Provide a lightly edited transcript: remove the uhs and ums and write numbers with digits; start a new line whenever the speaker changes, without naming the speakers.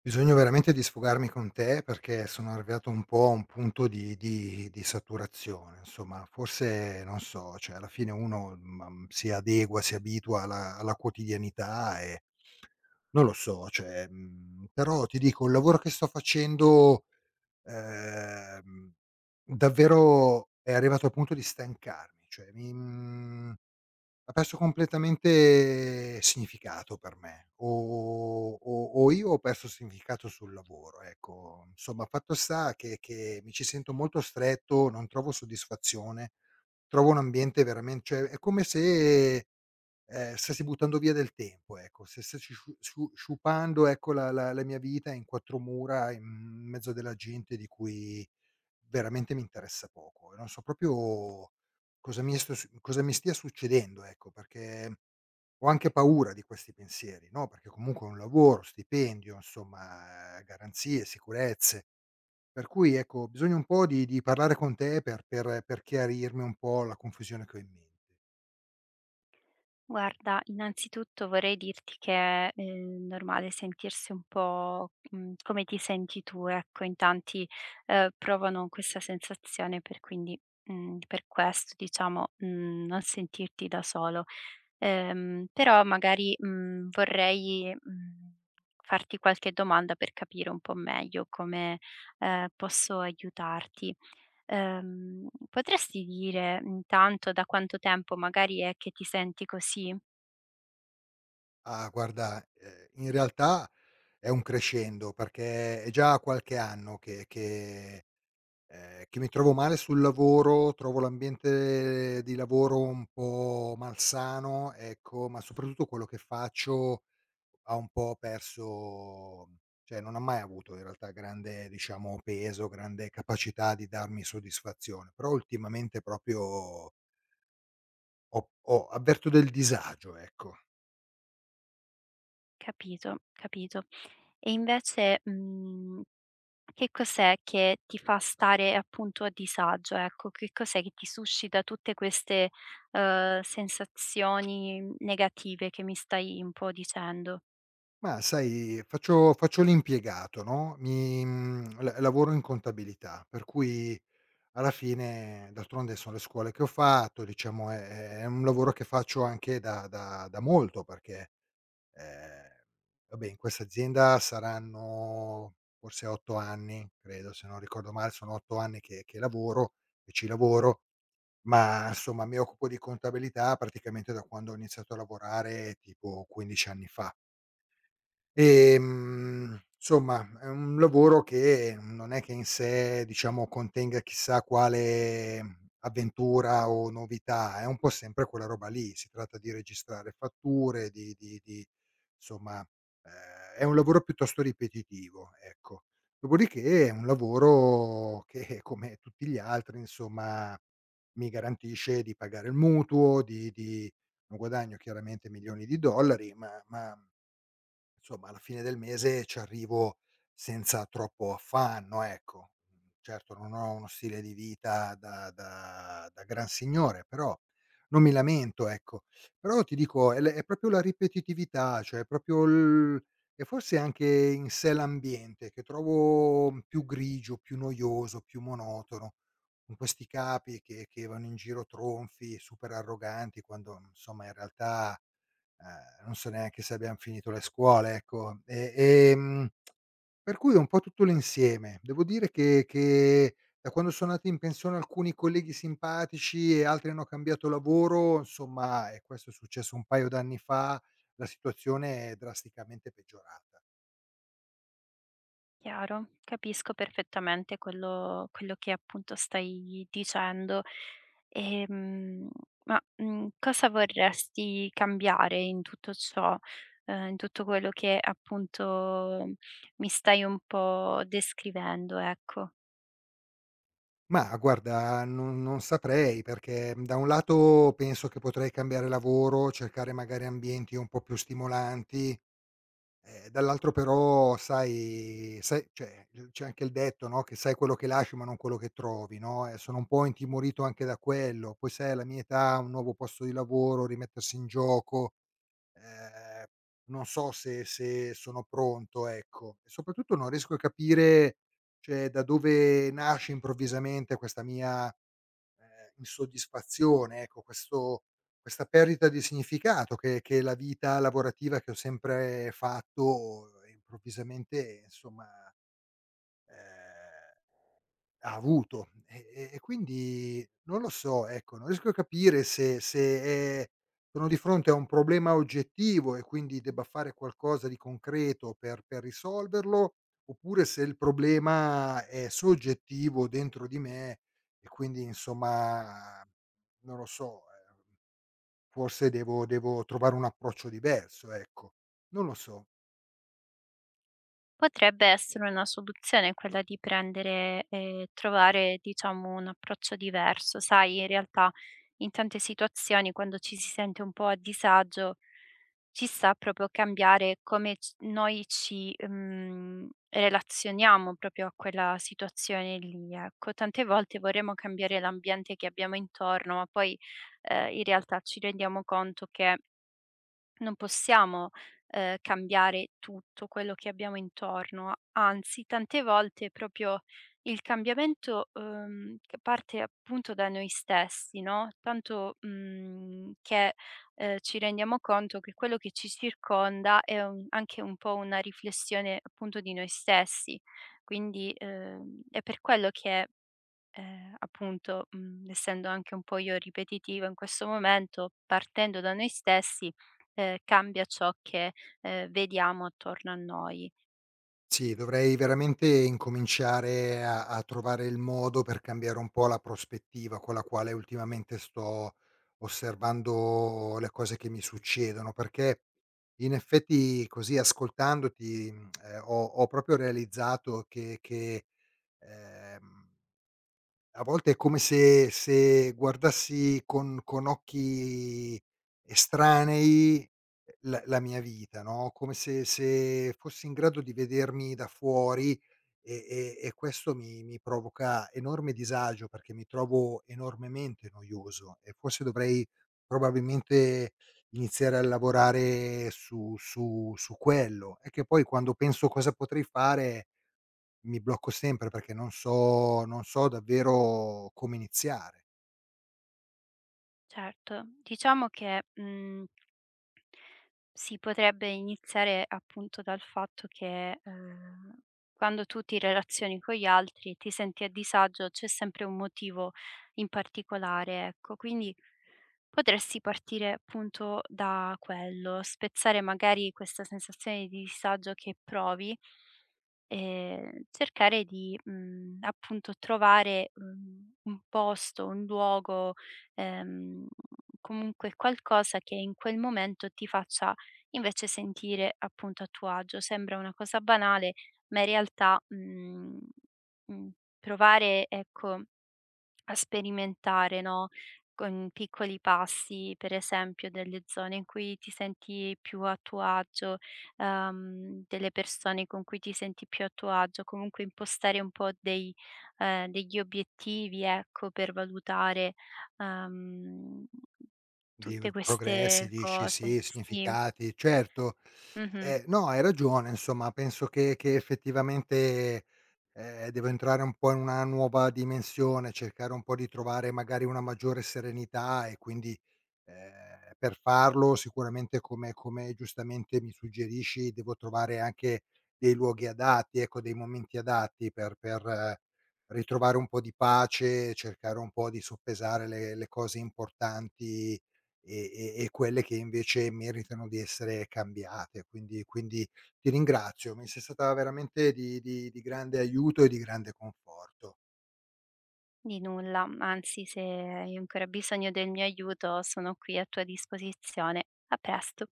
Bisogno veramente di sfogarmi con te perché sono arrivato un po' a un punto di saturazione, insomma. Forse non so, cioè alla fine uno, si adegua, si abitua alla quotidianità e non lo so, cioè, però ti dico il lavoro che sto facendo, ehm, davvero è arrivato al punto di stancarmi, cioè mi mhmm ha perso completamente significato per me, o o io ho perso significato sul lavoro, ecco. Insomma, fatto sta che mi ci sento molto stretto, non trovo soddisfazione, trovo un ambiente veramen cioè è come se, stessi buttando via del tempo, ecco, se stessi sciupando, ecco, la mia vita in 4 mura in mezzo della gente di cui veramente mi interessa poco e non so proprio cosa mi stia succedendo, ecco, perché ho anche paura di questi pensieri, no, perché comunque è un lavoro, stipendio, insomma, garanzie, sicurezze. Per cui, ecco, ho bisogno un po' di parlare con te per chiarirmi un po' la confusione che ho in mente.
Guarda, innanzitutto vorrei dirti che è, normale sentirsi un po', come ti senti tu, ecco. In tanti, provano questa sensazione per quindi per questo diciamo, non sentirti da solo. Però magari, vorrei, farti qualche domanda per capire un po' meglio come, posso aiutarti. Potresti dire intanto da quanto tempo magari è che ti senti così?
Ah, guarda, in realtà è un crescendo, perché è già qualche anno che mi trovo male sul lavoro, trovo l'ambiente di lavoro un po' malsano, ecco, ma soprattutto quello che faccio ha un po' perso, cioè non ha mai avuto in realtà grande, diciamo, peso, grande capacità di darmi soddisfazione, però ultimamente proprio ho avverto del disagio, ecco.
Capito, capito. E invece, che cos'è che ti fa stare appunto a disagio, ecco? Che cos'è che ti suscita tutte queste, sensazioni negative che mi stai un po' dicendo?
Ma sai, faccio l'impiegato, no, mi mhmm, la lavoro in contabilità, per cui alla fine d'altronde son le scuole che ho fatto, diciamo è è un lavoro che faccio anche da molto perché, ehm, vabbè, in questa azienda saranno forse 8 anni, credo, se non ricordo male, sono 8 anni che lavoro, che ci lavoro, ma insomma mi occupo di contabilità praticamente da quando ho iniziato a lavorare tipo 15 anni fa. Insomma, è un lavoro che non è che in sé, diciamo, contenga chissà quale avventura o novità, è un po' sempre quella roba lì. Si tratta di registrare fatture, di insomma, ehm, è un lavoro piuttosto ripetitivo, ecco. Dopodiché è un lavoro che, come tutti gli altri, insomma, mi garantisce di pagare il mutuo, di non guadagno chiaramente milioni di dollari, ma insomma, alla fine del mese ci arrivo senza troppo affanno, ecco. Mhmm, certo non ho uno stile di vita da gran signore, però non mi lamento, ecco. Però ti dico, è proprio la ripetitività, cioè è proprio l e forse anche in sé l'ambiente che trovo più grigio, più noioso, più monotono, con questi capi che vanno in giro tronfi, super arroganti, quando insomma in realtà, non so neanche se abbiam finito le scuole, ecco. E, per cui è un po' tutto l'insieme. Devo dire che da quando sono andati in pensione alcuni colleghi simpatici e altri hanno cambiato lavoro, insomma, e questo è successo un paio d'anni fa, la situazione è drasticamente peggiorata.
Chiaro, capisco perfettamente quello che appunto stai dicendo. Ehm, ma, cosa vorresti cambiare in tutto ciò? In tutto quello che appunto mi stai un po' descrivendo, ecco?
Mah, guarda, non saprei, perché, da un lato penso che potrei cambiare lavoro, cercare magari ambienti un po' più stimolanti. Dall'altro però sai cioè, c'è anche il detto, no, che sai quello che lasci ma non quello che trovi, no, e sono un po' intimorito anche da quello. Poi sai, alla mia età, un nuovo posto di lavoro, rimettersi in gioco, ehm, non so se sono pronto, ecco. E soprattutto non riesco a capire, cioè, da dove nasce improvvisamente questa mia insoddisfazione, ecco, questo questa perdita di significato che la vita lavorativa che ho sempre fatto, improvvisamente, insomma, ehm, ha avuto. E quindi non lo so, ecco, non riesco a capire se è, sono di fronte a un problema oggettivo e quindi debba fare qualcosa di concreto per risolverlo, oppure se il problema è soggettivo dentro di me e quindi insomma, non lo so, ehm, forse devo trovare un approccio diverso, ecco. Non lo so.
Potrebbe essere una soluzione quella di prendere e trovare, diciamo, un approccio diverso. Sai, in realtà in tante situazioni quando ci si sente un po' a disagio, ci sta proprio cambiare come noi ci relazioniamo proprio a quella situazione lì. Ecco, tante volte vorremmo cambiare l'ambiente che abbiamo intorno, ma poi in realtà ci rendiamo conto che non possiamo, cambiare tutto quello che abbiamo intorno, anzi tante volte proprio il cambiamento, che parte appunto da noi stessi, no, tanto, che, ci rendiamo conto che quello che ci circonda è un anche un po' una riflessione appunto di noi stessi. Quindi, è per quello che appunto, essendo anche un po' io ripetitiva in questo momento, partendo da noi stessi, cambia ciò che, vediamo attorno a noi.
Sì, dovrei veramente incominciare a trovare il modo per cambiare un po' la prospettiva con la quale ultimamente sto osservando le cose che mi succedono, perché in effetti così ascoltandoti, ho proprio realizzato che, ehm a volte è come se guardassi con occhi estranei, la mia vita, no, come se fossi in grado di vedermi da fuori e e questo mi provoca enorme disagio, perché mi trovo enormemente noioso e forse dovrei probabilmente iniziare a lavorare su quello. È che poi quando penso cosa potrei fare mi blocco sempre perché non so davvero come iniziare.
Certo, diciamo che, mhmm si potrebbe iniziare appunto dal fatto che, quando tu ti relazioni con gli altri e ti senti a disagio c'è sempre un motivo in particolare, ecco. Quindi potresti partire appunto da quello, spezzare magari questa sensazione di disagio che provi cercare di, appunto trovare, un posto, un luogo, ehm, comunque qualcosa che in quel momento ti faccia invece sentire appunto a tuo agio. Sembra una cosa banale, ma in realtà, mhmm, provare ecco a sperimentare, no, con piccoli passi, per esempio delle zone in cui ti senti più a tuo agio, delle persone con cui ti senti più a tuo agio, comunque impostare un po' dei, degli obiettivi, ecco, per valutare, ehm,
Di v
tutte
Progressi,
queste
dici,
cose.
sì,
Sì,
significati, certo.
mh-mh,
No, hai ragione, insomma, penso che effettivamente, devo entrare un po' in una nuova dimensione, cercare un po' di trovare magari una maggiore serenità e quindi, per farlo sicuramente come giustamente mi suggerisci, devo trovare anche dei luoghi adatti, ecco, dei momenti adatti per ritrovare un po' di pace, cercare un po' di soppesare le cose importanti e e quelle che invece meritano di essere cambiate. Quindi ti ringrazio, mi sei stata veramente di grande aiuto e di grande conforto.
di nulla, anzi se hai ancora bisogno del mio aiuto sono qui a tua disposizione. A presto.